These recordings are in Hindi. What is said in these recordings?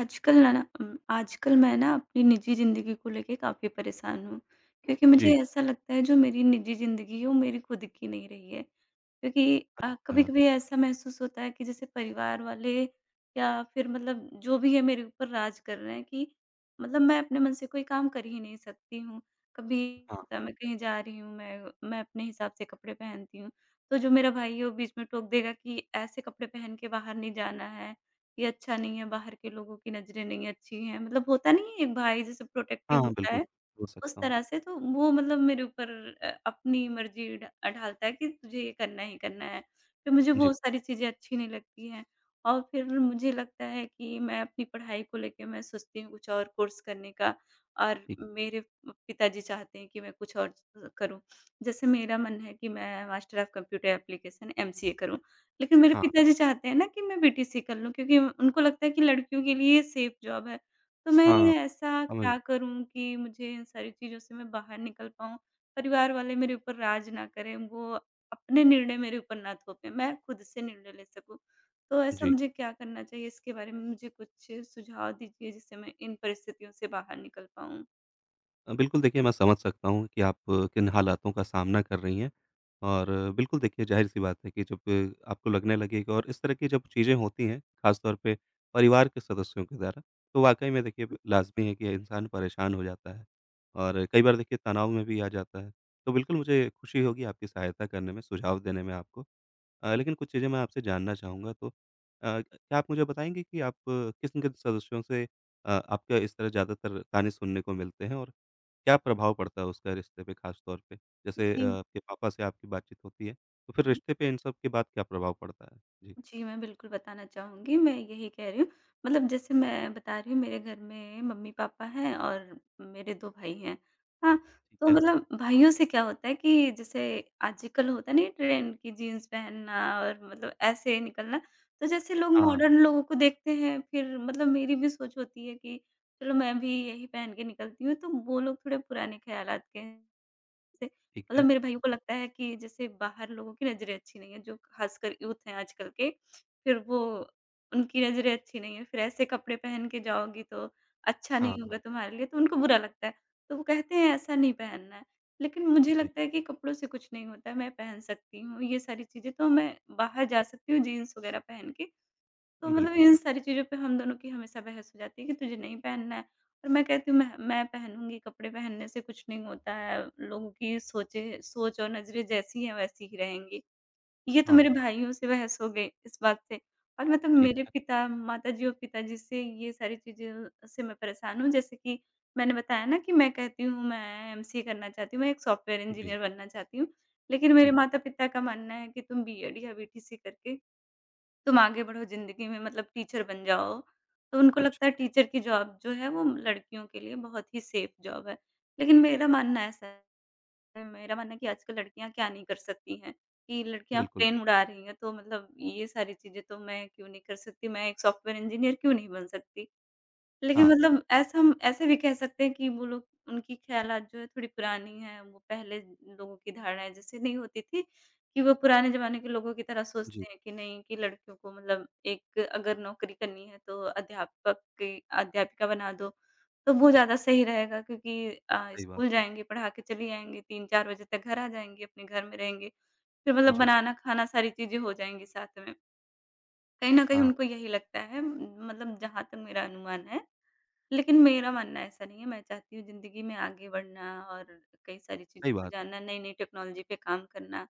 आजकल ना ना उम, आजकल मैं ना अपनी निजी ज़िंदगी को लेके काफ़ी परेशान हूँ। क्योंकि मुझे जी। ऐसा लगता है जो मेरी निजी ज़िंदगी है वो मेरी खुद की नहीं रही है। क्योंकि हाँ। कभी-कभी ऐसा महसूस होता है कि जैसे परिवार वाले या फिर मतलब जो भी है मेरे ऊपर राज कर रहे हैं कि मतलब मैं अपने मन से कोई काम कर ही नहीं सकती हूँ। कभी हाँ। होता है मैं कहीं जा रही हूँ, मैं अपने हिसाब से कपड़े पहनती हूँ। तो जो मेरा भाई है वो बीच में टोक देगा कि ऐसे कपड़े पहन के बाहर नहीं जाना है, ये अच्छा नहीं है, बाहर के लोगों की नज़रें नहीं अच्छी हैं। मतलब होता नहीं है एक भाई जैसे हाँ। प्रोटेक्टिव हाँ, होता बिल्कुल, है बोल उस सकता हूँ। तरह से, तो वो मतलब मेरे ऊपर अपनी मर्ज़ी ढ ढालता है कि तुझे ये करना ही करना है। फिर मुझे जी। वो सारी चीज़ें अच्छी नहीं लगती हैं, और फिर मुझे लगता है कि मैं अपनी पढ़ाई को लेके मैं सोचती हूँ कुछ और कोर्स करने का, और ठीक। मेरे पिताजी चाहते हैं कि मैं कुछ और करूँ। जैसे मेरा मन है कि मैं master of computer application MCA करूँ, लेकिन मेरे हाँ। पिताजी चाहते हैं ना कि मैं बीटीसी कर लूँ, क्योंकि उनको लगता है कि लड़कियों के लिए सेफ जॉब है। तो मैं हाँ। ऐसा समझ गया। क्या करूँ कि मुझे इन सारी चीज़ों से मैं बाहर निकल पाऊँ? परिवार वाले मेरे ऊपर राज ना करें, वो अपने निर्णय मेरे ऊपर ना थोपें, मैं खुद से निर्णय ले सकूँ। तो ऐसा जी। मुझे क्या करना चाहिए? इसके बारे में मुझे कुछ सुझाव दीजिए जिससे मैं इन परिस्थितियों से बाहर निकल पाऊँ। बिल्कुल देखिए मैं समझ सकता हूँ कि आप किन हालातों का सामना कर रही हैं और बिल्कुल देखिए ज़ाहिर-सी बात है कि जब आपको लगने लगे कि और इस तरह की जब चीज़ें होती हैं, ख़ास तौर पे परिवार के सदस्यों के द्वारा, तो वाक़ई में देखिए लाज़मी है कि इंसान परेशान हो जाता है और कई बार देखिए तनाव में भी आ जाता है। तो बिल्कुल मुझे खुशी होगी आपकी सहायता करने में, सुझाव देने में आपको। लेकिन कुछ चीज़ें मैं आपसे जानना चाहूँगा तो क्या आप मुझे बताएँगे कि आप किन किन सदस्यों से आपका इस तरह ज़्यादातर ताने सुनने को मिलते हैं और क्या प्रभाव पड़ता है उसका रिश्ते पे ख़ास तौर पे? जैसे जी। आपके पापा से आपकी बातचीत होती है, तो फिर हुँ। रिश्ते पे इन सब के बाद क्या प्रभाव पड़ता है? जी, जी, मैं बिल्कुल बताना चाहूँगी, मैं यही कह रही हूँ। मतलब जैसे मैं बता रही हूँ, मेरे घर में मम्मी-पापा हैं और मेरे 2 भाई हैं। हाँ, ठीक तो है। मतलब भाइयों से क्या होता है कि जैसे आजकल होता नहीं ट्रेंड कि जीन्स पहनना और मतलब ऐसे निकलना, तो जैसे लोग हाँ, मॉडर्न लोगों को देखते हैं, फिर मतलब मेरी भी सोच होती है कि चलो मैं भी यही पहन के निकलती हूँ, तो वो लोग थोड़े पुराने ख़्यालात के हैं। से ठीक मतलब है। मेरे भाइयों को लगता है कि जैसे बाहर लोगों की नज़रें अच्छी नहीं है, जो खासकर यूथ हैं आजकल के, फिर वो उनकी नज़रें अच्छी नहीं है, फिर ऐसे कपड़े पहन के जाओगी तो अच्छा हाँ, नहीं होगा हाँ। तुम्हारे लिए, तो उनको बुरा लगता है। तो वो कहते हैं ऐसा नहीं पहनना है, लेकिन मुझे जी, लगता है कि कपड़ों से कुछ नहीं होता है, मैं पहन सकती हूँ, ये सारी चीज़ें, तो मैं बाहर जा सकती हूँ जीन्स वगैरह पहन के। तो मतलब बिल्कुल। इन सारी चीज़ों पे हम दोनों की हमेशा बहस हो जाती है कि तुझे नहीं पहनना है, और मैं कहती हूँ मैं पहनूँगी, कपड़े पहनने से कुछ नहीं होता है, लोगों की सोच और नज़रें जैसी हैं वैसी ही रहेंगी। ये तो हाँ, मेरे हाँ, भाइयों से बहस हो गई इस बात से, और मतलब ठीक मेरे है। पिता माताजी और पिताजी से ये सारी चीज़ें से मैं परेशान हूँ, जैसे कि मैंने बताया ना कि मैं कहती हूँ मैं एमसीए करना चाहती हूँ, मैं एक सॉफ्टवेयर जी, इंजीनियर बनना चाहती हूँ। लेकिन मेरे ठीक है। माता-पिता का मानना है कि तुम बीएड या बीटीसी करके तुम आगे बढ़ो ज़िंदगी में, मतलब टीचर बन जाओ। तो उनको अच्छा, लगता है टीचर की जॉब जो है वो लड़कियों के लिए बहुत ही सेफ़ जॉब है। लेकिन मेरा मानना ऐसा है, मेरा मानना है कि आजकल लड़कियाँ क्या नहीं कर सकती हैं, कि लड़कियाँ बिल्कुल। प्लेन उड़ा रही हैं, तो मतलब ये सारी चीज़ें तो मैं क्यों नहीं कर सकती? मैं एक सॉफ्टवेयर इंजीनियर क्यों नहीं बन सकती? लेकिन हाँ, हाँ। मतलब ऐसा हम ऐसे भी कह सकते हैं कि वो लोग, उनकी ख़्यालात जो है थोड़ी पुरानी है, वो पहले लोगों की धारणाएँ जैसे नहीं होती थी, कि वो पुराने ज़माने के लोगों की तरह सोचते जी, हैं कि नहीं, कि लड़कियों को मतलब एक अगर नौकरी करनी है तो अध्यापक की अध्यापिका बना दो, तो वो ज़्यादा सही रहेगा, क्योंकि सही बात स्कूल है। जाएँगे, पढ़ा के चली आएँगी, 3-4 बजे तक घर आ जाएँगी, अपने घर में रहेंगी, फिर मतलब जी, बनाना-खाना सारी चीज़ें हो जाएँगी साथ में। कहीं न कहीं हाँ, उनको यही लगता है, मतलब जहाँ तक मेरा अनुमान है। लेकिन मेरा मानना ऐसा नहीं है, मैं चाहती हूँ ज़िंदगी में आगे बढ़ना और कई सारी चीज़ों सही को बात है। जानना, नई-नई टेक्नोलॉजी पे काम करना।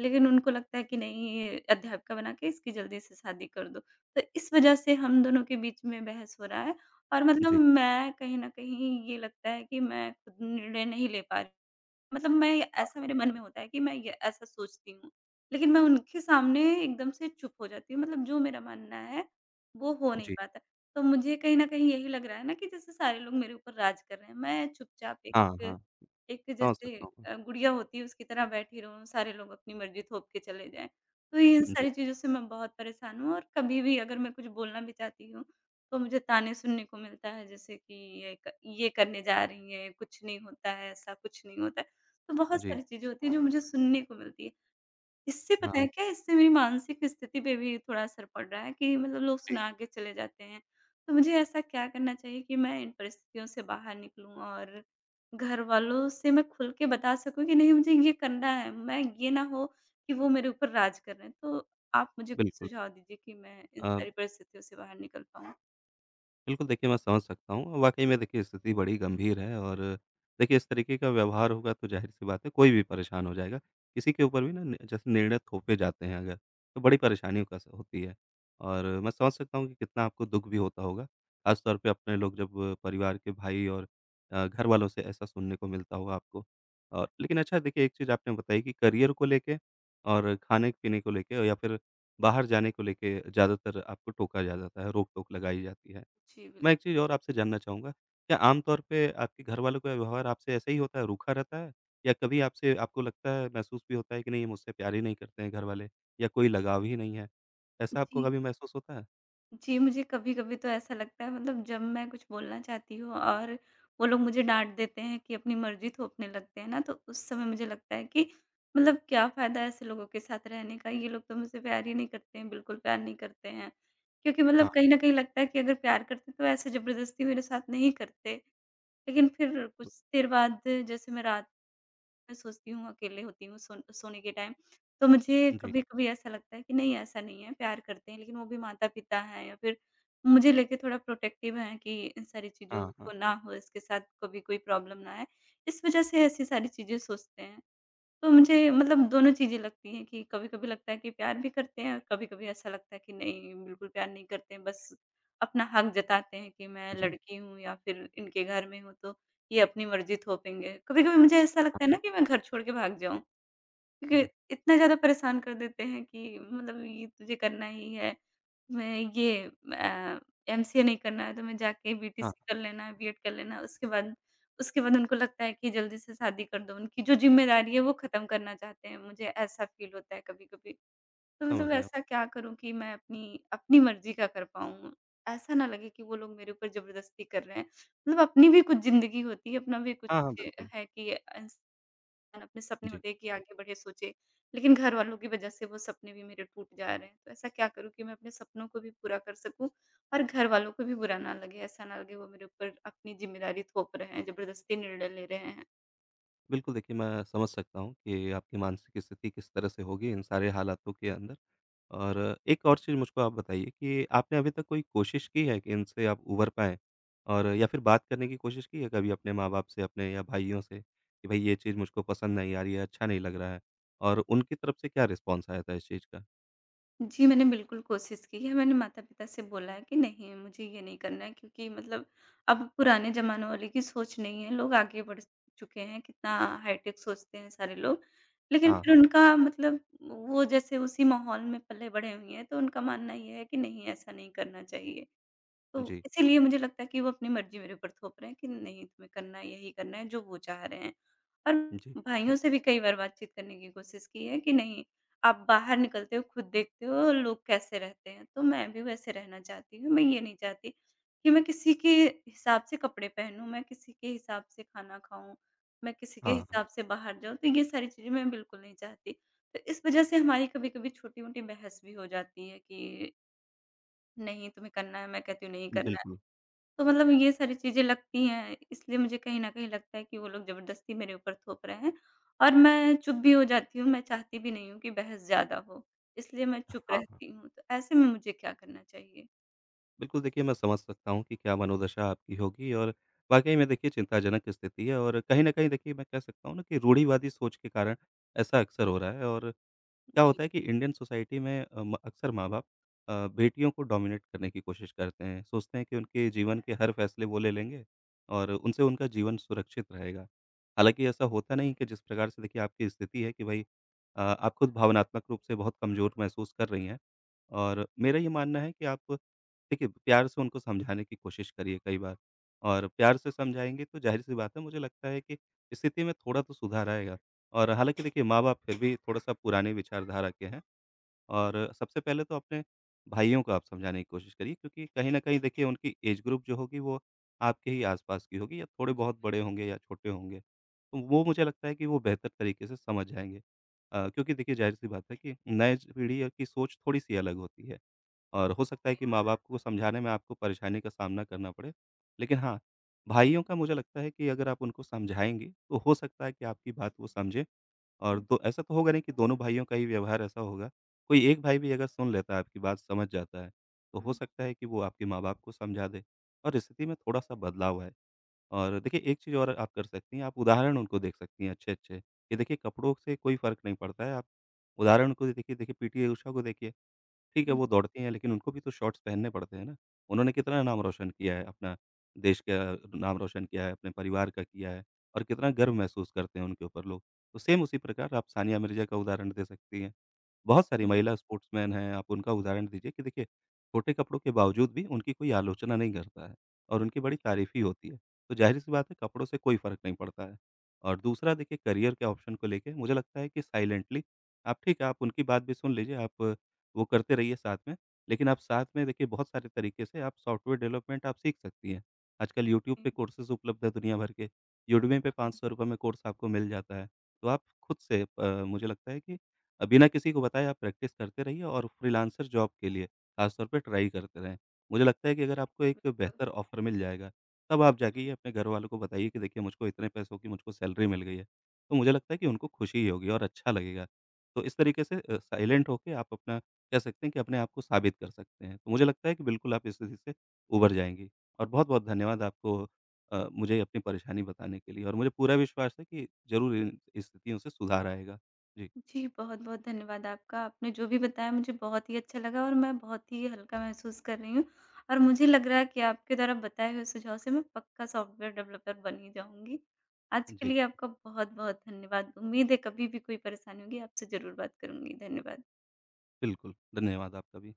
लेकिन उनको लगता है कि नहीं, ये अध्यापिका बना के इसकी जल्दी से शादी कर दो। तो इस वजह से हम दोनों के बीच में बहस हो रहा है, और मतलब जी, मैं कहीं न कहीं ये लगता है कि मैं खुद निर्णय नहीं ले पा रही। मतलब मैं, हाँ, ऐसा मेरे हाँ। मन में होता है कि मैं ये ऐसा सोचती हूँ, लेकिन मैं उनके सामने एकदम से चुप हो जाती हूँ, मतलब जो मेरा मानना है, वो हो नहीं जी, पाता। तो मुझे कहीं न कहीं यही लग रहा है ना कि जैसे सारे लोग मेरे ऊपर राज कर रहे हैं, मैं चुपचाप एक हाँ, हाँ। एक समझ जैसे सकता हूँ। गुड़िया होती है उसकी तरह बैठी रहूँ, सारे लोग अपनी मर्ज़ी थोप के चले जाएँ। तो इन जी, सारी चीज़ों से मैं बहुत परेशान हूँ, और कभी भी अगर मैं कुछ बोलना भी चाहती हूँ, तो मुझे ताने सुनने को मिलता है, जैसे कि ये क ये करने जा रही हैं, कुछ नहीं होता है, ऐसा कुछ नहीं होता है। तो बहुत जी। सारी चीज़ें होती हैं जो मुझे सुनने को मिलती है। इससे पता है हाँ, क्या, इससे मेरी मानसिक स्थिति पे भी थोड़ा असर पड़ रहा है कि मतलब लोग जी, सुना के चले जाते हैं। तो मुझे ऐसा क्या करना चाहिए कि मैं इन परिस्थितियों से बाहर निकलूँ, और घर वालों से मैं खुल के बता सकूँ कि नहीं मुझे ये करना है, मैं ये ना हो कि वो मेरे ऊपर राज कर रहे हैं। तो आप मुझे कुछ बिल्कुल। सुझाव दीजिए कि मैं इन अ, सारी परिस्थितियों से बाहर निकल पाऊँ। बिल्कुल, देखिए मैं समझ सकता हूँ। वाक़ई में देखिए स्थिति बड़ी गंभीर है और देखिए इस तरीके का व्यवहार होगा तो ज़ाहिर-सी बात है कोई भी परेशान हो जाएगा। किसी के ऊपर भी ना न जैसे निर्णय थोपे जाते हैं अगर, तो बड़ी परेशानियों का स होती है। और मैं समझ सकता हूँ कि कितना आपको दुःख भी होता होगा। ख़ास तौर पे अपने लोग जब परिवार के भाई और घर वालों से ऐसा सुनने को मिलता होगा आपको। और लेकिन अच्छा देखिए एक चीज़ आपने बताई कि करियर को लेके और खाने-पीने को लेके या फिर बाहर जाने को लेके ज़्यादातर आपको टोका जा जाता है, रोक-टोक लगाई जाती है। जी, बिल्कुल। मैं एक चीज़ और आपसे जानना चाहूँगा, क्या आम तौर पे आपके घरवालों का व्यवहार आपसे ऐसा ही होता है, रूखा रहता है? या कभी आपसे आपको लगता है, महसूस भी होता है कि नहीं, ये मुझसे प्यार ही नहीं करते हैं घरवाले या कोई लगाव ही नहीं है? ऐसा आपको जी। कभी महसूस होता है? जी, मुझे कभी-कभी तो ऐसा लगता है, मतलब जब मैं कुछ बोलना चाहती हूँ और वो लोग मुझे डाँट देते हैं कि अपनी मर्ज़ी थोपने लगते हैं ना, तो उस समय मुझे लगता है कि मतलब क्या फ़ायदा ऐसे लोगों के साथ रहने का, ये लोग तो मुझसे प्यार ही नहीं करते हैं, बिल्कुल प्यार नहीं करते हैं। क्योंकि मतलब हाँ। कहीं न कहीं लगता है कि अगर प्यार करते तो ऐसे ज़बरदस्ती मेरे साथ नहीं करते। लेकिन फिर कुछ देर बाद, जैसे मैं सोचती हूँ, अकेले होती हूँ सोने के टाइम, तो मुझे जी। कभी-कभी ऐसा लगता है कि नहीं ऐसा नहीं है, प्यार करते हैं लेकिन वो भी माता-पिता हैं, या फिर मुझे लेके थोड़ा प्रोटेक्टिव हैं कि इन सारी चीज़ों हाँ, को हाँ। ना हो, इसके साथ कभी कोई प्रॉब्लम ना आए। इस वज़ह से ऐसी सारी चीज़ें सोचते हैं। तो मुझे मतलब दोनों चीज़ें लगती हैं कि कभी-कभी लगता है कि प्यार भी करते हैं, और कभी-कभी ऐसा लगता है कि नहीं, बिल्कुल प्यार नहीं करते हैं, बस अपना हक जताते हैं कि मैं हुँ। जी। लड़की हूँ या फिर इनके घर में हूँ, तो ये अपनी मर्ज़ी थोपेंगे। कभी-कभी मुझे ऐसा लगता है ना हाँ, कि मैं घर छोड़ के भाग जाऊँ, क्योंकि अरे! इतना ज़्यादा परेशान कर देते हैं कि मतलब ये तुझे करना ही है। मैं ये अ, एमसीए नहीं करना है तो मैं जाके हाँ, बीटीसी कर लेना है, बीएड कर लेना है। उसके बाद उनको लगता है कि जल्दी से शादी कर दो। उनकी जो ज़िम्मेदारी है वो ख़त्म करना चाहते हैं। मुझे ऐसा फ़ील होता है कभी-कभी। तो समझ मतलब गया ऐसा मैं। क्या करूँ कि मैं अपनी अपनी मर्ज़ी का कर पाऊँ? ऐसा ना लगे कि वो लोग मेरे ऊपर ज़बरदस्ती कर रहे हैं। मतलब अपनी भी कुछ ज़िंदगी होती है, अपना भी कुछ हाँ, हाँ, बिल्कुल। है कि अपने सपने जी। होते हैं कि आगे बढ़े, सोचे, लेकिन घर वालों की वजह से वो सपने भी मेरे टूट जा रहे हैं। तो ऐसा क्या करूँ कि मैं अपने सपनों को भी पूरा कर सकूँ और घर वालों को भी बुरा ना लगे, ऐसा ना लगे वो मेरे ऊपर अपनी ज़िम्मेदारी थोप रहे हैं, ज़बरदस्ती निर्णय ले रहे हैं। बिल्कुल, देखिए मैं समझ सकता हूँ कि आपकी मानसिक स्थिति किस तरह से होगी इन सारे हालातों के अंदर। और एक और चीज़ मुझको आप बताइए कि आपने अभी तक कोई कोशिश की है कि इनसे आप उभर पाएँ? और या फिर बात करने की कोशिश की है कभी अपने माँ-बाप से, अपने या भाइयों से कि भई ये चीज़ मुझको पसंद नहीं आ रही है, अच्छा नहीं लग रहा है? और उनकी तरफ से क्या रिस्पॉन्स आया था इस चीज़ का? जी, मैंने बिल्कुल कोशिश की है। मैंने माता-पिता से बोला है कि नहीं, मुझे ये नहीं करना है, क्योंकि मतलब अब पुराने ज़माने वाले की सोच नहीं है, लोग आगे बढ़ चुके हैं, कितना हाईटेक सोचते हैं सारे लोग। लेकिन हाँ, फिर हाँ। उनका मतलब वो जैसे उसी माहौल में पले-बढ़े हुए हैं, तो उनका मानना ये है कि नहीं, ऐसा नहीं करना चाहिए। तो जी, इसीलिए मुझे लगता है कि वो अपनी मर्ज़ी मेरे ऊपर थोप रहे हैं कि नहीं तुम्हें करना है, यही करना है जो वो चाह रहे हैं। और जी। भाइयों से भी कई बार बातचीत करने की कोशिश की है कि नहीं, आप बाहर निकलते हो, खुद देखते हो लोग कैसे रहते हैं, तो मैं भी वैसे रहना चाहती हूँ। मैं ये नहीं चाहती कि मैं किसी के हिसाब से कपड़े पहनूँ, मैं किसी के हिसाब से खाना खाऊँ, मैं किसी के हाँ, हाँ। हिसाब से बाहर जाऊँ, तो ये सारी चीज़ें मैं बिल्कुल नहीं चाहती। तो इस वज़ह से हमारी कभी-कभी छोटी-मोटी बहस भी हो जाती है कि नहीं तुम्हें करना है, मैं कहती हूँ नहीं करना है। बिल्कुल। तो मतलब ये सारी चीज़ें लगती हैं, इसलिए मुझे कहीं न कहीं लगता है कि वो लोग ज़बरदस्ती मेरे ऊपर थोप रहे हैं, और मैं चुप भी हो जाती हूँ, मैं चाहती भी नहीं हूँ कि बहस ज़्यादा हो, इसलिए मैं हाँ, चुप हाँ। रहती हूँ। तो ऐसे में मुझे क्या करना चाहिए? बिल्कुल देखिए मैं समझ सकता हूँ कि क्या मनोदशा आपकी होगी और वाक़ई में देखिए चिंताजनक स्थिति है, और कहीं न कहीं देखिए मैं कह सकता हूँ ना कि रूढ़िवादी सोच के कारण ऐसा अक्सर हो रहा है। और क्या जी। होता है कि इंडियन सोसाइटी में अक्सर माँ बाप बेटियों को डोमिनेट करने की कोशिश करते हैं, सोचते हैं कि उनके जीवन के हर फैसले वो ले लेंगे और उनसे उनका जीवन सुरक्षित रहेगा। हालांकि ऐसा होता नहीं कि जिस प्रकार से देखिए आपकी स्थिति है कि भाई आप खुद भावनात्मक रूप से बहुत कमज़ोर महसूस कर रही हैं। और मेरा ये मानना है कि आप देखिए प्यार से उनको समझाने की कोशिश करिए कई बार, और प्यार से समझाएंगे तो जाहिर सी बात है, मुझे लगता है कि स्थिति में थोड़ा तो सुधार आएगा। और हालाँकि देखिए माँ-बाप फिर भी थोड़ा-सा पुराने विचारधारा के हैं, और सबसे पहले तो अपने भाइयों को आप समझाने की कोशिश करिए, क्योंकि कहीं न कहीं देखिए उनकी एज ग्रुप जो होगी वो आपके ही आस-पास की होगी, या थोड़े जी। बहुत बड़े होंगे या छोटे होंगे। तो वो मुझे लगता है कि वो बेहतर तरीके से समझ जाएँगे। क्योंकि देखिए ज़ाहिर-सी बात है कि नए ज पीढ़ी की सोच थोड़ी-सी अलग होती है और हो सकता है कि माँ-बाप को समझाने में आपको परेशानी का सामना करना पड़े। लेकिन हाँ, भाइयों का मुझे लगता है कि अगर आप उनको समझाएँगे तो हो सकता है कि आपकी बात वो समझें, और हुँ, दो ऐसा तो होगा नहीं कि दोनों भाइयों का ही व्यवहार ऐसा होगा, कोई एक भाई भी अगर सुन लेता है आपकी बात, समझ जाता है, तो हो हुँ, सकता है कि वो आपके माँ-बाप को समझा दे और स्थिति में थोड़ा-सा बदलाव आए। और देखिए एक चीज़ और आप कर सकती हैं, आप उदाहरण उनको देख सकती हैं अच्छे-अच्छे कि देखिए कपड़ों से कोई फ़र्क नहीं पड़ता है, आप उदाहरण उनको देखिए, देखिए पीटी ऊषा को देखिए, ठीक है, हुँ, वो दौड़ती हैं लेकिन उनको भी तो शॉर्ट्स पहनने पड़ते हैं ना। उन्होंने कितना नाम रोशन किया है अपना, देश का नाम रोशन किया है, अपने परिवार का किया है, और कितना गर्व महसूस करते हैं उनके ऊपर लोग। तो सेम उसी प्रकार आप सानिया मिर्ज़ा का उदाहरण दे सकती हैं। बहुत सारी हुँ। महिला स्पोर्ट्समैन हैं, आप उनका उदाहरण दीजिए कि देखिए, छोटे कपड़ों के बावजूद भी उनकी कोई आलोचना नहीं करता है और उनकी बड़ी तारीफ़ ही बिल्कुल। होती है। तो ज़ाहिर-सी बात है कपड़ों से कोई फ़र्क नहीं पड़ता है। और दूसरा देखिए करियर के ऑप्शन को लेके मुझे लगता है कि साइलेंटली आप ठीक है, आप उनकी बात भी सुन लीजिए, आप वो करते रहिए साथ में, लेकिन आप साथ में देखिए बहुत सारे तरीके से आप सॉफ्टवेयर डेवलपमेंट आप सीख सकती हैं। आजकल यूट्यूब हुँ। पे कोर्सेज़ उपलब्ध है दुनिया भर के, यूडमी पे हुँ, हुँ। ₹500 में कोर्स आपको मिल जाता है। तो आप खुद से मुझे लगता है कि बिना किसी को बताए आप प्रैक्टिस करते रहिए और फ्रीलांसर जॉब के लिए खास तौर पे ट्राई करते रहें। मुझे लगता है कि अगर आपको जी, एक बिल्कुल। बेहतर ऑफ़र मिल जाएगा, तब हुँ, आप जाके हुँ। ये अपने घर वालों को बताइए कि देखिए मुझको इतने पैसों की मुझको सैलरी मिल गई है। तो मुझे लगता है कि उनको खुशी होगी और अच्छा लगेगा। तो इस तरीके से साइलेंट होके आप अपना कह सकते हैं कि अपने आप को साबित कर सकते हैं। तो मुझे लगता है कि बिल्कुल आप इस स्थिति से उभर जाएँगी। और बहुत-बहुत धन्यवाद आपको मुझे अपनी परेशानी बताने के लिए, और मुझे पूरा विश्वास है कि ज़रूर इन स्थितियों से सुधार आएगा। जी, जी, बहुत-बहुत धन्यवाद आपका। आपने जो भी बताया मुझे बहुत ही अच्छा लगा और मैं बहुत ही हल्का महसूस कर रही हूँ, और मुझे लग रहा है कि आपके द्वारा बताए हुए सुझाव से मैं पक्का सॉफ्टवेयर डेवलपर बन ही जाऊँगी। आज के जी। लिए आपका बहुत-बहुत धन्यवाद। उम्मीद है कभी भी कोई परेशानी होगी आपसे ज़रूर बात करूँगी। धन्यवाद। बिल्कुल, धन्यवाद आपका भी।